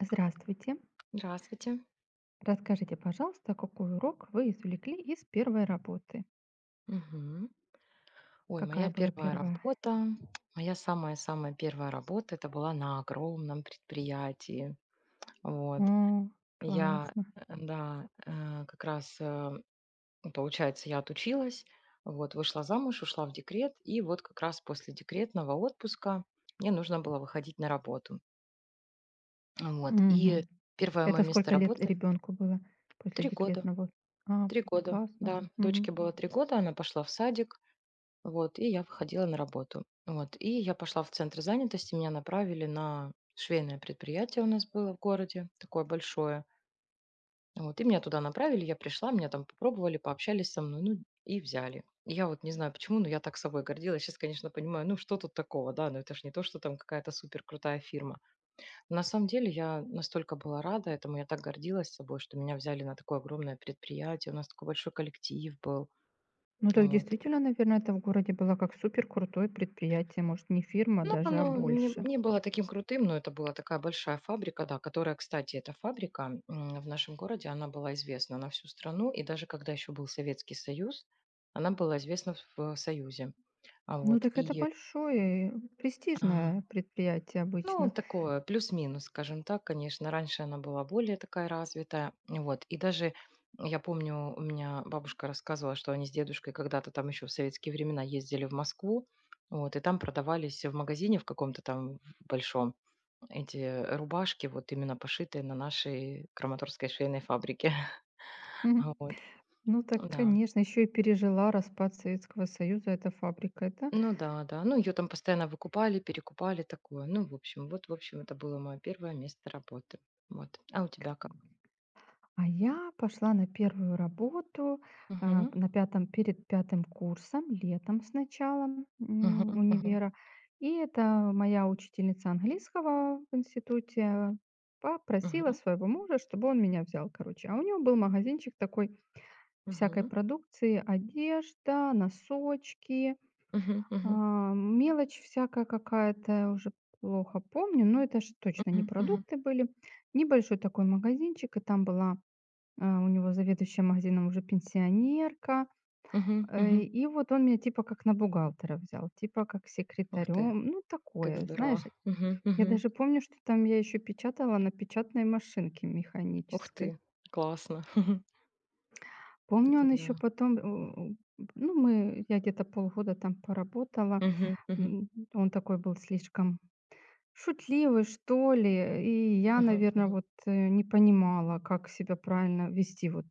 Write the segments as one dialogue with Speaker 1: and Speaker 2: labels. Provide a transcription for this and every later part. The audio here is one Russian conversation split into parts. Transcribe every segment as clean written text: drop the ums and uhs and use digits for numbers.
Speaker 1: Здравствуйте.
Speaker 2: Здравствуйте.
Speaker 1: Расскажите, пожалуйста, какой урок вы извлекли из первой работы?
Speaker 2: Мгм. Ой,
Speaker 1: Какая была первая?
Speaker 2: моя самая-самая первая работа, это была на огромном предприятии. Вот.
Speaker 1: О,
Speaker 2: Я,
Speaker 1: классно.
Speaker 2: э, да, э, Как раз, получается, я отучилась, вот, вышла замуж, ушла в декрет, и вот как раз после декретного отпуска мне нужно было выходить на работу. Вот. И
Speaker 1: Мгм.
Speaker 2: первое мое
Speaker 1: Это
Speaker 2: место
Speaker 1: сколько лет
Speaker 2: работы–
Speaker 1: ребенку было после
Speaker 2: 3 года.
Speaker 1: декретного? А,
Speaker 2: 3 года,
Speaker 1: классно.
Speaker 2: да. Дочке
Speaker 1: Мгм.
Speaker 2: было 3 года, она пошла в садик, вот, и я выходила на работу. Вот, и я пошла в центр занятости, меня направили на швейное предприятие у нас было в городе, такое большое. Вот, и меня туда направили, я пришла, меня там попробовали, пообщались со мной, ну, и взяли. И я вот не знаю почему, но я так собой гордилась. Сейчас, конечно, понимаю, ну что тут такого, да, но это же не то, что там какая-то супер крутая фирма. Но на самом деле я настолько была рада этому, я так гордилась собой, что меня взяли на такое огромное предприятие, у нас такой большой коллектив был.
Speaker 1: Ну, то есть
Speaker 2: Вот.
Speaker 1: действительно, наверное, это в городе было как супер крутое предприятие, может, не фирма
Speaker 2: Ну,
Speaker 1: даже, а
Speaker 2: оно не,
Speaker 1: больше.
Speaker 2: не было таким крутым, но это была такая большая фабрика, да, которая, кстати, эта фабрика в нашем городе, она была известна на всю страну, и даже когда еще был Советский Союз, она была известна в Союзе. А
Speaker 1: Ну,
Speaker 2: вот,
Speaker 1: так это
Speaker 2: и,
Speaker 1: большое,
Speaker 2: а,
Speaker 1: престижное предприятие
Speaker 2: ну,
Speaker 1: обычно.
Speaker 2: такое, плюс-минус, скажем так, конечно, раньше она была более такая развитая, вот, и даже я помню, у меня бабушка рассказывала, что они с дедушкой когда-то там еще в советские времена ездили в Москву, вот, и там продавались в магазине в каком-то там большом, эти, рубашки, вот именно пошитые на нашей краматорской швейной фабрике. А, вот,
Speaker 1: Ну, так,
Speaker 2: да.
Speaker 1: конечно, еще и пережила распад Советского Союза эта фабрика. Это
Speaker 2: Ну да, да. Ну, ее там постоянно выкупали, перекупали, такое. Ну, в общем, вот, в общем, это было мое первое место работы. Вот. А у тебя как?
Speaker 1: А я пошла на первую работу,
Speaker 2: Мгм.
Speaker 1: на пятом перед пятым курсом, летом с началом, универа.
Speaker 2: Мгм.
Speaker 1: И это моя учительница английского в институте попросила
Speaker 2: Мгм.
Speaker 1: своего мужа, чтобы он меня взял, короче. А у него был магазинчик такой всякой
Speaker 2: Мгм.
Speaker 1: продукции: одежда, носочки,
Speaker 2: Мгм. Мгм.
Speaker 1: мелочь всякая какая-то, уже плохо помню, но это ж точно
Speaker 2: Мгм.
Speaker 1: не
Speaker 2: Мгм. Мгм.
Speaker 1: продукты были. Небольшой такой магазинчик, и там была у него заведующая магазином уже пенсионерка.
Speaker 2: Мгм. Мгм.
Speaker 1: И вот он меня типа как на бухгалтера взял, типа как
Speaker 2: Ух ты,
Speaker 1: секретарем. Ну,
Speaker 2: как
Speaker 1: такое, знаешь.
Speaker 2: здорово. Мгм.
Speaker 1: Я
Speaker 2: Мгм.
Speaker 1: даже помню, что там я еще печатала на печатной машинке
Speaker 2: Ух
Speaker 1: механической.
Speaker 2: ты, классно. Вот.
Speaker 1: Помню,
Speaker 2: Это
Speaker 1: он
Speaker 2: да.
Speaker 1: еще потом, ну, я где-то полгода там поработала.
Speaker 2: Мгм. Мгм.
Speaker 1: Он такой был слишком шутливый, что ли. И я,
Speaker 2: Мгм.
Speaker 1: наверное
Speaker 2: Мгм.
Speaker 1: вот, не понимала, как себя правильно вести. Вот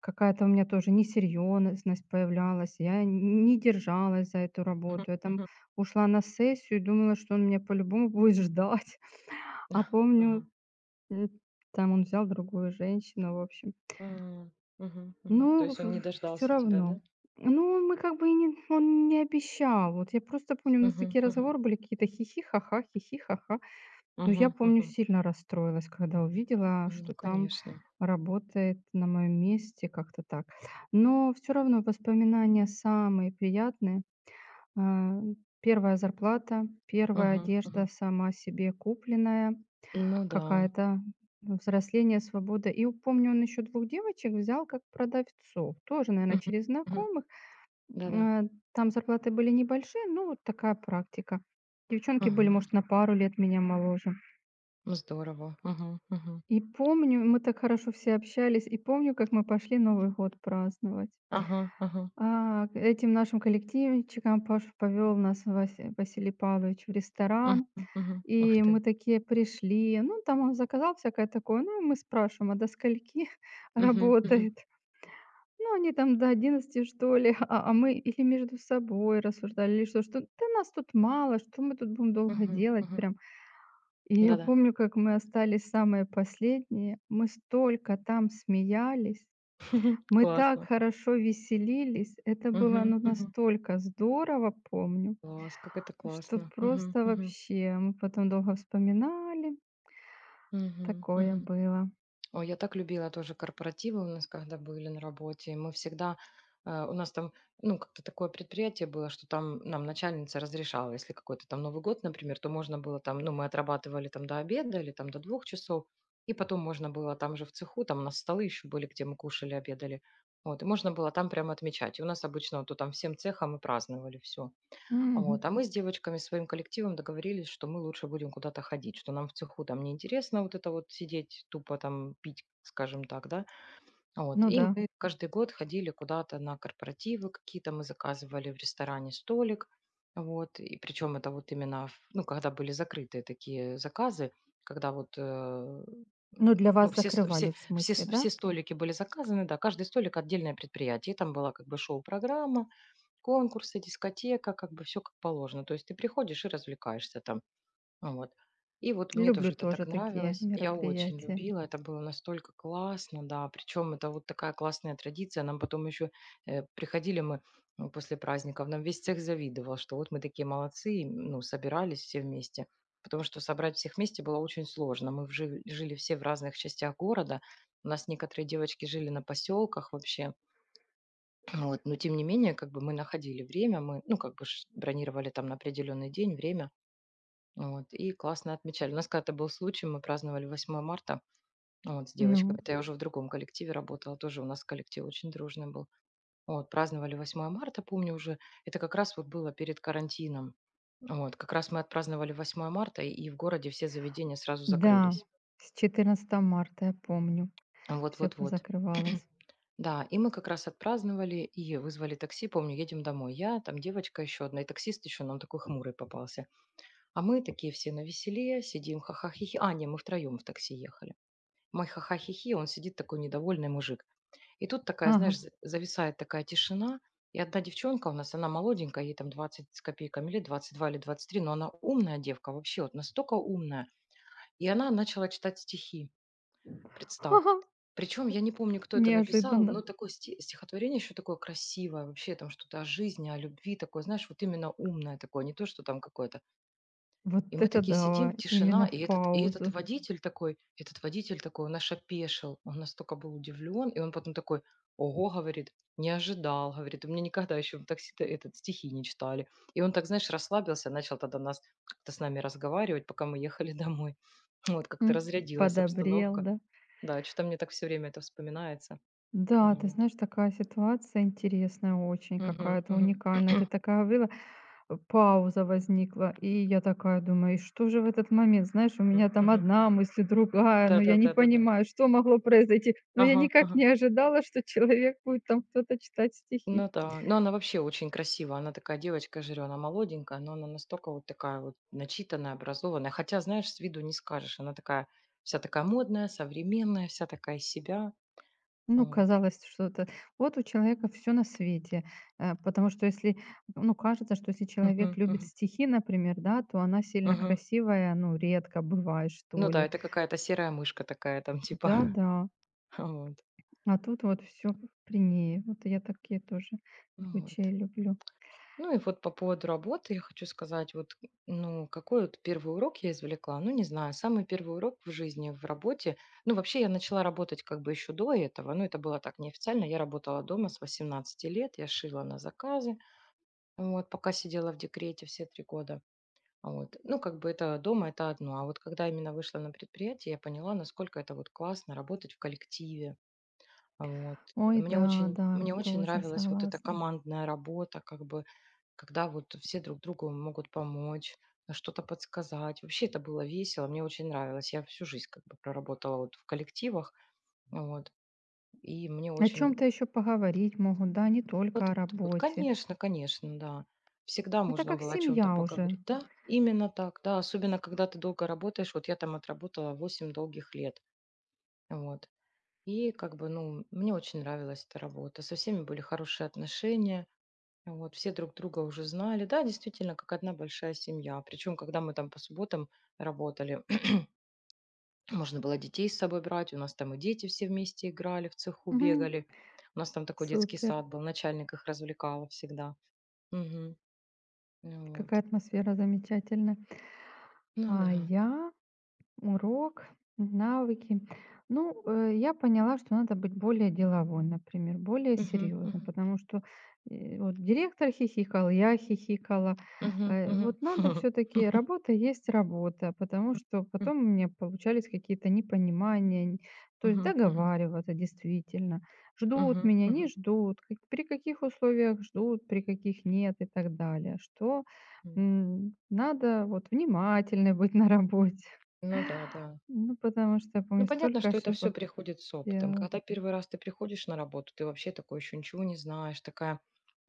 Speaker 1: какая-то у меня тоже несерьезность появлялась. Я н не держалась за эту
Speaker 2: Мгм.
Speaker 1: работу. Я там
Speaker 2: Мгм.
Speaker 1: ушла на сессию и думала, что он меня по-любому будет ждать. А помню,
Speaker 2: Ага.
Speaker 1: м, там он взял другую женщину, в общем.
Speaker 2: М, мгм, мгм. То
Speaker 1: Ну,
Speaker 2: есть он не
Speaker 1: все
Speaker 2: дождался тебя,
Speaker 1: равно.
Speaker 2: да?
Speaker 1: Ну, мы как бы и не он не обещал. Вот я просто помню, у нас
Speaker 2: Мгм,
Speaker 1: такие
Speaker 2: мгм,
Speaker 1: разговоры были какие-то: хихи хи ха-ха, хи ха-ха. Ну, я
Speaker 2: мгм,
Speaker 1: помню,
Speaker 2: мгм.
Speaker 1: сильно расстроилась, когда увидела,
Speaker 2: Ну,
Speaker 1: что там
Speaker 2: конечно.
Speaker 1: работает на моем месте, как-то так. Но все равно воспоминания самые приятные. А, 1-я зарплата, первая
Speaker 2: Мгм,
Speaker 1: одежда
Speaker 2: мгм.
Speaker 1: сама себе купленная
Speaker 2: Ну да.
Speaker 1: какая-то, взросление, свобода. И у помню, он еще двух девочек взял как продавцов, тоже, наверное,
Speaker 2: Мгм,
Speaker 1: через
Speaker 2: мгм.
Speaker 1: знакомых.
Speaker 2: Да-да.
Speaker 1: Там зарплаты были небольшие, но вот такая практика. Девчонки были,
Speaker 2: Мгм.
Speaker 1: может, на пару лет меня моложе.
Speaker 2: Ну, здорово. Мгм, мгм.
Speaker 1: И помню, мы так хорошо все общались, и помню, как мы пошли Новый год праздновать.
Speaker 2: Ага, ага.
Speaker 1: К этим нашим коллективчикам Паша повел нас Василий Павлович в
Speaker 2: Мгм,
Speaker 1: ресторан,
Speaker 2: мгм. Ух
Speaker 1: и
Speaker 2: ты.
Speaker 1: мы такие пришли. Ну, там он заказал всякое такое. Ну, и мы спрашиваем, а до скольки
Speaker 2: Мгм, мгм,
Speaker 1: работает? Ну, они там до 11 что ли, а мы или между собой рассуждали, или что, да нас тут мало, что мы тут будем долго
Speaker 2: мгм,
Speaker 1: делать,
Speaker 2: мгм.
Speaker 1: прям и я
Speaker 2: Да-да.
Speaker 1: помню, как мы остались самые последние. Мы столько там смеялись,
Speaker 2: Мгм.
Speaker 1: мы так
Speaker 2: Классно.
Speaker 1: хорошо веселились. Это было,
Speaker 2: Мгм,
Speaker 1: ну,
Speaker 2: мгм.
Speaker 1: настолько здорово, помню,
Speaker 2: Класс, как это
Speaker 1: что
Speaker 2: классно. Мгм,
Speaker 1: просто
Speaker 2: мгм,
Speaker 1: вообще мы потом долго вспоминали.
Speaker 2: мгм,
Speaker 1: Такое
Speaker 2: мгм.
Speaker 1: было.
Speaker 2: Ой, я так любила тоже корпоративы у нас, когда были на работе. Мы всегда, у нас там, ну, как-то такое предприятие было, что там нам начальница разрешала, если какой-то там Новый год, например, то можно было там, ну, мы отрабатывали там до обеда или там до 2 часов, и потом можно было там же в цеху, там у нас столы еще были, где мы кушали, обедали. Вот, и можно было там прямо отмечать. И у нас обычно вот, то там всем цехом и праздновали все.
Speaker 1: Мгм.
Speaker 2: Вот. А мы с девочками, своим коллективом договорились, что мы лучше будем куда-то ходить, что нам в цеху там неинтересно вот это вот сидеть, тупо там пить, скажем так, да. Вот.
Speaker 1: Ну
Speaker 2: И
Speaker 1: да.
Speaker 2: мы каждый год ходили куда-то на корпоративы какие-то, мы заказывали в ресторане столик, вот. И причем это вот именно, ну, когда были закрытые такие заказы, когда вот
Speaker 1: Ну, для
Speaker 2: ну,
Speaker 1: вас
Speaker 2: все, с- все,
Speaker 1: закрывали, в
Speaker 2: все,
Speaker 1: смысле,
Speaker 2: с-
Speaker 1: да?
Speaker 2: все столики были заказаны, да, каждый столик отдельное предприятие, и там была как бы шоу-программа, конкурсы, дискотека, как бы все как положено. То есть ты приходишь и развлекаешься там. Ну вот. И вот мне
Speaker 1: Люблю
Speaker 2: тоже это так
Speaker 1: тоже такие
Speaker 2: нравилось. Я очень
Speaker 1: мероприятия.
Speaker 2: любила, это было настолько классно, да. Причем это вот такая классная традиция. Нам потом еще приходили мы после праздников, нам весь цех завидовал, что вот мы такие молодцы, и, ну, собирались все вместе. Потому что собрать всех вместе было очень сложно. Мы жили все в разных частях города. У нас некоторые девочки жили на поселках вообще. Вот, но тем не менее, как бы мы находили время, мы, ну, как бы ж бронировали там на определенный день время, вот, и классно отмечали. У нас когда-то был случай, мы праздновали 8 марта, вот, с девочками,
Speaker 1: Ну,
Speaker 2: это я уже в другом коллективе работала, тоже у нас коллектив очень дружный был. Вот, праздновали 8 марта, помню уже, это как раз вот было перед карантином. Вот, как раз мы отпраздновали 8 марта, и в городе все заведения сразу
Speaker 1: да,
Speaker 2: закрылись.
Speaker 1: с 14 марта, я помню,
Speaker 2: Вот,
Speaker 1: все
Speaker 2: вот, вот.
Speaker 1: позакрывалось.
Speaker 2: Да, и мы как раз отпраздновали и вызвали такси. Помню, едем домой. Я, там девочка еще одна, и таксист еще нам такой хмурый попался. А мы такие все навеселее, сидим ха-ха-хи-хи. А, не, мы втроем в такси ехали. Мой ха-ха-хи-хи, он сидит такой недовольный мужик. И тут такая,
Speaker 1: Ага,
Speaker 2: знаешь, зависает такая тишина. И одна девчонка у нас, она молоденькая, ей там 20 с копейками лет, 22 или 23, но она умная девка вообще, вот настолько умная. И она начала читать стихи, представь.
Speaker 1: ха-ха,
Speaker 2: Причем я не помню, кто это написал,
Speaker 1: неожиданно.
Speaker 2: но такое стихотворение еще такое красивое, вообще там что-то о жизни, о любви такое, знаешь, вот именно умное такое, не то, что там какое-то.
Speaker 1: Вот
Speaker 2: И мы
Speaker 1: это
Speaker 2: такие сидим,
Speaker 1: да,
Speaker 2: тишина,
Speaker 1: именно в
Speaker 2: и
Speaker 1: паузу.
Speaker 2: этот водитель такой, он наш опешил, он настолько был удивлен, и он потом такой, ого, говорит, не ожидал, говорит, у меня никогда еще в такси этот стихи не читали. И он так, знаешь, расслабился, начал тогда нас как-то с нами разговаривать, пока мы ехали домой. Вот, как-то разрядилась
Speaker 1: Подобрел,
Speaker 2: обстановка.
Speaker 1: да?
Speaker 2: Да, что то мне так все время это вспоминается.
Speaker 1: Да, ты
Speaker 2: Вот.
Speaker 1: знаешь, такая ситуация интересная очень,
Speaker 2: Мгм,
Speaker 1: какая-то
Speaker 2: мгм,
Speaker 1: уникальная. Ты такая была пауза возникла, и я такая думаю: "И что же в этот момент?" Знаешь, у
Speaker 2: м,
Speaker 1: меня там
Speaker 2: мгм.
Speaker 1: одна мысль, другая, но я не
Speaker 2: Да-да-да-да-да.
Speaker 1: понимаю, что могло произойти. Но я
Speaker 2: Ага,
Speaker 1: никак
Speaker 2: ага.
Speaker 1: не ожидала, что человек будет там кто-то читать стихи.
Speaker 2: Ну да, но она вообще очень красивая. Она такая девочка, я же говорю, она молоденькая, но она настолько вот такая вот начитанная, образованная. Хотя, знаешь, с виду не скажешь. Она такая вся такая модная, современная, вся такая из себя.
Speaker 1: Ну,
Speaker 2: Вот.
Speaker 1: казалось, что-то вот у человека все на свете. Потому что если, ну, кажется, что если
Speaker 2: Мгм,
Speaker 1: человек
Speaker 2: мгм,
Speaker 1: любит стихи, например, да, то она сильно
Speaker 2: мгм.
Speaker 1: красивая, ну, редко бывает,
Speaker 2: Ну
Speaker 1: что
Speaker 2: да,
Speaker 1: ли.
Speaker 2: это какая-то серая мышка такая там типа.
Speaker 1: Да-да,
Speaker 2: Вот.
Speaker 1: а тут вот все при ней. Вот я такие тоже
Speaker 2: Ну вот.
Speaker 1: случаи люблю.
Speaker 2: Ну и вот по поводу работы я хочу сказать, вот, ну, какой вот первый урок я извлекла, ну, не знаю, самый первый урок в жизни, в работе, ну, вообще я начала работать как бы еще до этого, ну, это было так неофициально, я работала дома с 18 лет, я шила на заказы, вот, пока сидела в декрете все 3 года, вот, ну, как бы это дома, это одно, а вот когда именно вышла на предприятие, я поняла, насколько это вот классно работать в коллективе, вот.
Speaker 1: Ой,
Speaker 2: Мне
Speaker 1: да,
Speaker 2: очень
Speaker 1: да,
Speaker 2: мне очень
Speaker 1: тоже
Speaker 2: нравилась вот эта
Speaker 1: согласна.
Speaker 2: командная работа, как бы, когда вот все друг другу могут помочь, а, что-то подсказать. Вообще это было весело, мне очень нравилось. Я всю жизнь как бы проработала вот в коллективах, вот, и мне
Speaker 1: О чем
Speaker 2: очень.
Speaker 1: то еще поговорить могут, да, не
Speaker 2: Вот,
Speaker 1: только о
Speaker 2: вот, вот,
Speaker 1: работе.
Speaker 2: конечно, конечно, да. Всегда
Speaker 1: Это
Speaker 2: можно
Speaker 1: как
Speaker 2: было о чем-то
Speaker 1: семья уже.
Speaker 2: поговорить. Да, именно так, да. Особенно, когда ты долго работаешь. Вот я там отработала 8 долгих лет. Вот. И как бы, ну, мне очень нравилась эта работа. Со всеми были хорошие отношения. Вот, все друг друга уже знали. Да, действительно, как одна большая семья. Причем, когда мы там по субботам работали, можно было детей с собой брать. У нас там и дети все вместе играли, в цеху
Speaker 1: Мгм.
Speaker 2: бегали. У нас там такой детский
Speaker 1: Супер.
Speaker 2: сад был. Начальник их развлекал всегда. Мгм.
Speaker 1: Какая
Speaker 2: Вот.
Speaker 1: атмосфера замечательная.
Speaker 2: Ну
Speaker 1: А
Speaker 2: да.
Speaker 1: я урок, навыки. Ну, я поняла, что надо быть более деловой, например, более
Speaker 2: Мгм,
Speaker 1: серьезной,
Speaker 2: мгм,
Speaker 1: потому что вот директор хихикал, я хихикала.
Speaker 2: мгм, мгм.
Speaker 1: Вот надо все-таки работа есть работа, потому что потом у меня получались какие-то непонимания, то есть
Speaker 2: Мгм, мгм, мгм,
Speaker 1: договариваться действительно. Ждут
Speaker 2: мгм.
Speaker 1: меня, не ждут, при каких условиях ждут, при каких нет и так далее. Что надо вот внимательной быть на работе.
Speaker 2: Ну да, да.
Speaker 1: Ну, потому что я
Speaker 2: Ну,
Speaker 1: помню,
Speaker 2: понятно,
Speaker 1: столько
Speaker 2: что это все
Speaker 1: ошибок
Speaker 2: приходит с опытом.
Speaker 1: делала.
Speaker 2: Когда первый раз ты приходишь на работу, ты вообще такой еще ничего не знаешь, такая,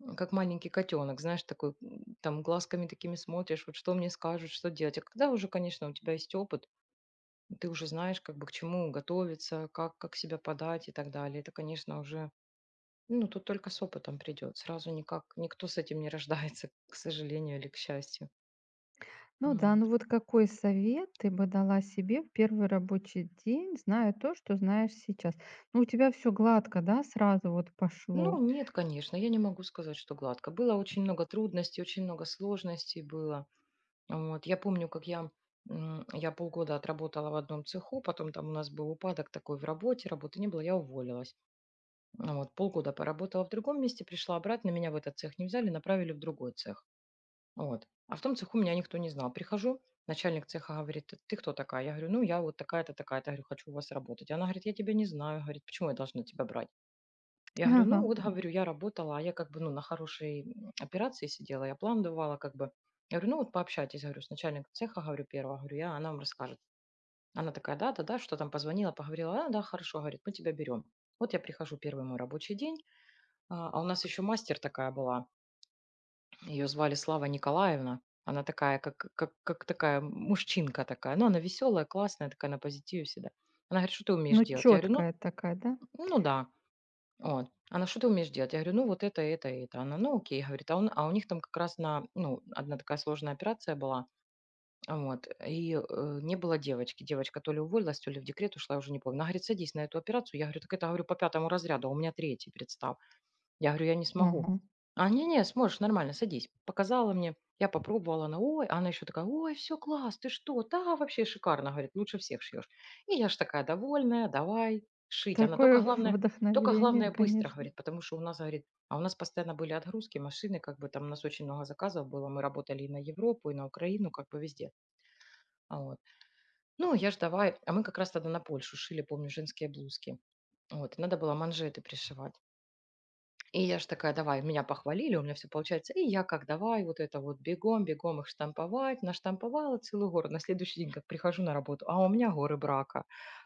Speaker 2: как маленький котенок, знаешь, такой, там глазками такими смотришь, вот что мне скажут, что делать. А когда уже, конечно, у тебя есть опыт, ты уже знаешь, как бы к чему готовиться, как себя подать и так далее. Это, конечно, уже, ну, тут только с опытом придет. Сразу никак, никто с этим не рождается, к сожалению или к счастью.
Speaker 1: Ну да, ну
Speaker 2: Вот.
Speaker 1: вот какой совет ты бы дала себе в первый рабочий день, зная то, что знаешь сейчас? Ну, у тебя все гладко, да, сразу вот
Speaker 2: Ну,
Speaker 1: пошло.
Speaker 2: нет, конечно, я не могу сказать, что гладко. Было очень много трудностей, очень много сложностей было. Вот. Я помню, как я полгода отработала в одном цеху, потом там у нас был упадок такой в работе, работы не было, я уволилась. Ну вот. Полгода поработала в другом месте, пришла обратно, меня в этот цех не взяли, направили в другой цех. Вот. А в том цеху меня никто не знал. Прихожу, начальник цеха говорит, ты кто такая? Я говорю, ну я вот такая-то, такая-то, говорю, хочу у вас работать. Она говорит, я тебя не знаю, говорит, почему я должна тебя брать? Я говорю, ну
Speaker 1: Ага.
Speaker 2: вот, говорю, я работала, а я как бы, ну, на хорошей операции сидела, я план давала, как бы. Я говорю, ну вот пообщайтесь, говорю, с начальником цеха, говорю, первого, говорю, я, она вам расскажет. Она такая, да, да, да, что там, позвонила, поговорила, а, да, хорошо, говорит, мы тебя берем. Вот я прихожу, первый мой рабочий день, а у нас еще мастер такая была, ее звали Слава Николаевна, она такая, как такая мужчинка такая, ну, она веселая, классная, такая на позитиве всегда. Она говорит, что ты умеешь
Speaker 1: Ну,
Speaker 2: делать? Я говорю, ну,
Speaker 1: четкая такая, да?
Speaker 2: ну да. Вот. Она: "Что ты умеешь делать?" Я говорю: "Ну, вот это это". Она: "Ну, окей". Говорит, а он а у них там как раз на ну, одна такая сложная операция была. Вот. И не было девочки. Девочка то ли уволилась, то ли в декрет ушла, я уже не помню. Она говорит: "Садись на эту операцию". Я говорю: "Так это, говорю, по пятому разряду, а у меня третий представь". Я говорю: "Я не смогу".
Speaker 1: Ага.
Speaker 2: А, не-не, сможешь, нормально, садись. Показала мне, я попробовала, она: "Ой". Она еще такая: "Ой, все класс, ты что? Да, вообще шикарно". Говорит: "Лучше всех шьешь". И я ж такая довольная: "Давай шить". Она только
Speaker 1: Такое
Speaker 2: главное только
Speaker 1: вдохновление,
Speaker 2: главное быстро,
Speaker 1: конечно.
Speaker 2: говорит, потому что у нас, говорит, а у нас постоянно были отгрузки, машины, как бы там у нас очень много заказов было, мы работали и на Европу, и на Украину, как бы везде. А, вот. Ну, я ж давай, а мы как раз тогда на Польшу шили, помню, женские блузки. Вот, и надо было манжеты пришивать. И я ж такая: "Давай". Меня похвалили, у меня все получается. И я как: "Давай вот это вот бегом, бегом их штамповать". Наштамповала целую гору. На следующий день как прихожу на работу, а у меня горы брака.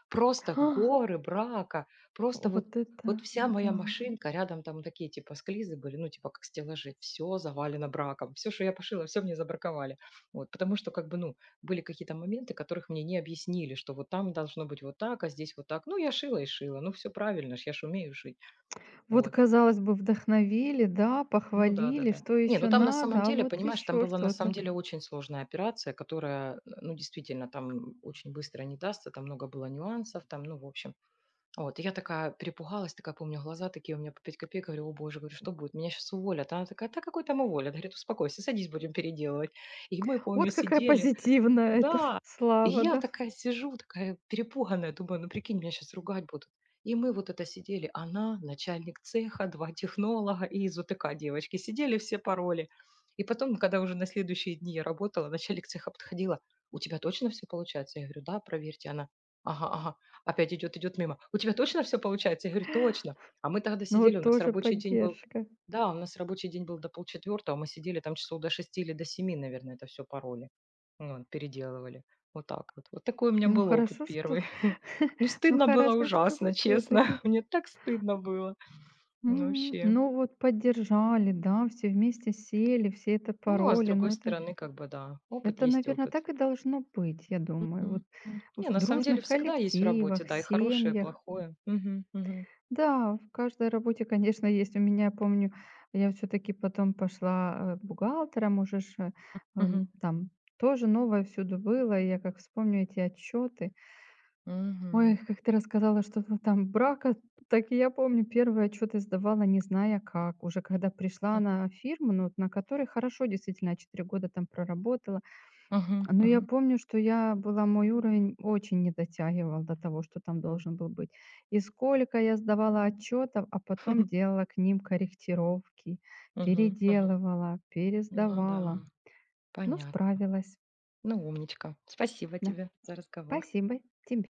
Speaker 2: Просто
Speaker 1: А,
Speaker 2: горы брака. Просто вот
Speaker 1: вот
Speaker 2: вот
Speaker 1: это,
Speaker 2: вся моя
Speaker 1: да.
Speaker 2: машинка, рядом там такие типа склизы были, ну типа как стеллажи, все завалено браком. Все, что я пошила, все мне забраковали. Вот, потому что как бы, ну, были какие-то моменты, которых мне не объяснили, что вот там должно быть вот так, а здесь вот так. Ну, я шила и шила, ну все правильно ж, я ж умею шить.
Speaker 1: Вот,
Speaker 2: Вот.
Speaker 1: казалось бы, вдохновили, да,
Speaker 2: Ну да,
Speaker 1: похвалили,
Speaker 2: да-да.
Speaker 1: что
Speaker 2: Не, ну
Speaker 1: еще
Speaker 2: там на самом
Speaker 1: надо, а
Speaker 2: деле,
Speaker 1: вот
Speaker 2: понимаешь, там
Speaker 1: еще
Speaker 2: была на самом
Speaker 1: что-то.
Speaker 2: деле очень сложная операция, которая, ну, действительно, там очень быстро не дастся, там много было нюансов, там, ну, в общем. Вот, и я такая перепугалась, такая, помню, глаза такие у меня по 5 копеек, говорю, о боже, говорю, что будет, меня сейчас уволят. А она такая, да какой там уволят? Говорит, успокойся, садись, будем переделывать. И мы, помню,
Speaker 1: Вот какая
Speaker 2: сидели,
Speaker 1: позитивная эта
Speaker 2: да. И
Speaker 1: слава,
Speaker 2: я
Speaker 1: да.
Speaker 2: такая сижу, такая перепуганная, думаю, ну прикинь, меня сейчас ругать будут. И мы вот это сидели, она, начальник цеха, два технолога и из УТК девочки. Сидели все пароли. И потом, когда уже на следующие дни я работала, начальник цеха подходила, у тебя точно все получается? Я говорю, да, проверьте. Она, ага, ага, опять идет, идет мимо. У тебя точно все получается? Я говорю, точно. А мы тогда
Speaker 1: Ну
Speaker 2: сидели, у
Speaker 1: вот
Speaker 2: нас
Speaker 1: тоже
Speaker 2: рабочий день был,
Speaker 1: поддержка.
Speaker 2: да, у нас рабочий день был до полчетвертого, мы сидели там часов до шести или до семи, наверное, это все пароли. Вот, переделывали. Вот так вот. Вот такой у меня
Speaker 1: Ну
Speaker 2: был опыт
Speaker 1: хорошо, что
Speaker 2: первый. Ну,
Speaker 1: ну
Speaker 2: стыдно было
Speaker 1: хорошо, что
Speaker 2: ужасно,
Speaker 1: все
Speaker 2: честно.
Speaker 1: таки
Speaker 2: Мне так стыдно было. Ну, вообще.
Speaker 1: ну вот поддержали, да, все вместе сели, все это
Speaker 2: Ну, а с
Speaker 1: пароли.
Speaker 2: другой
Speaker 1: Ну это ж
Speaker 2: стороны, как бы, да, опыт
Speaker 1: это,
Speaker 2: есть
Speaker 1: наверное,
Speaker 2: опыт.
Speaker 1: так и должно быть, я думаю.
Speaker 2: Мгм,
Speaker 1: Вот
Speaker 2: м. Не,
Speaker 1: в
Speaker 2: на самом деле
Speaker 1: дружных
Speaker 2: всегда есть в работе,
Speaker 1: коллективах,
Speaker 2: да, и хорошее, и
Speaker 1: семьях.
Speaker 2: плохое. Мгм, мгм,
Speaker 1: Да, в каждой работе, конечно, есть. У меня, помню, я все таки потом пошла, бухгалтером уже ж,
Speaker 2: мгм,
Speaker 1: там тоже новое всюду было. И я как вспомню эти отчеты. Ой,
Speaker 2: мгм,
Speaker 1: как ты рассказала что-то там брака, так и я помню, первое чё-то сдавала, не зная как. Уже когда пришла на фирму, ну, вот, на которой хорошо, действительно, я 4 года там проработала.
Speaker 2: мгм,
Speaker 1: Но я
Speaker 2: мгм,
Speaker 1: помню, что я была, мой уровень очень не дотягивал до того, что там
Speaker 2: м,
Speaker 1: должен был быть. И сколько я сдавала отчетов, а потом делала к ним корректировки,
Speaker 2: мгм, мгм.
Speaker 1: переделывала,
Speaker 2: Ну
Speaker 1: пересдавала.
Speaker 2: да,
Speaker 1: Ну,
Speaker 2: понятно.
Speaker 1: справилась.
Speaker 2: Ну, умничка. Спасибо
Speaker 1: Да.
Speaker 2: тебе за разговор.
Speaker 1: Спасибо тебе.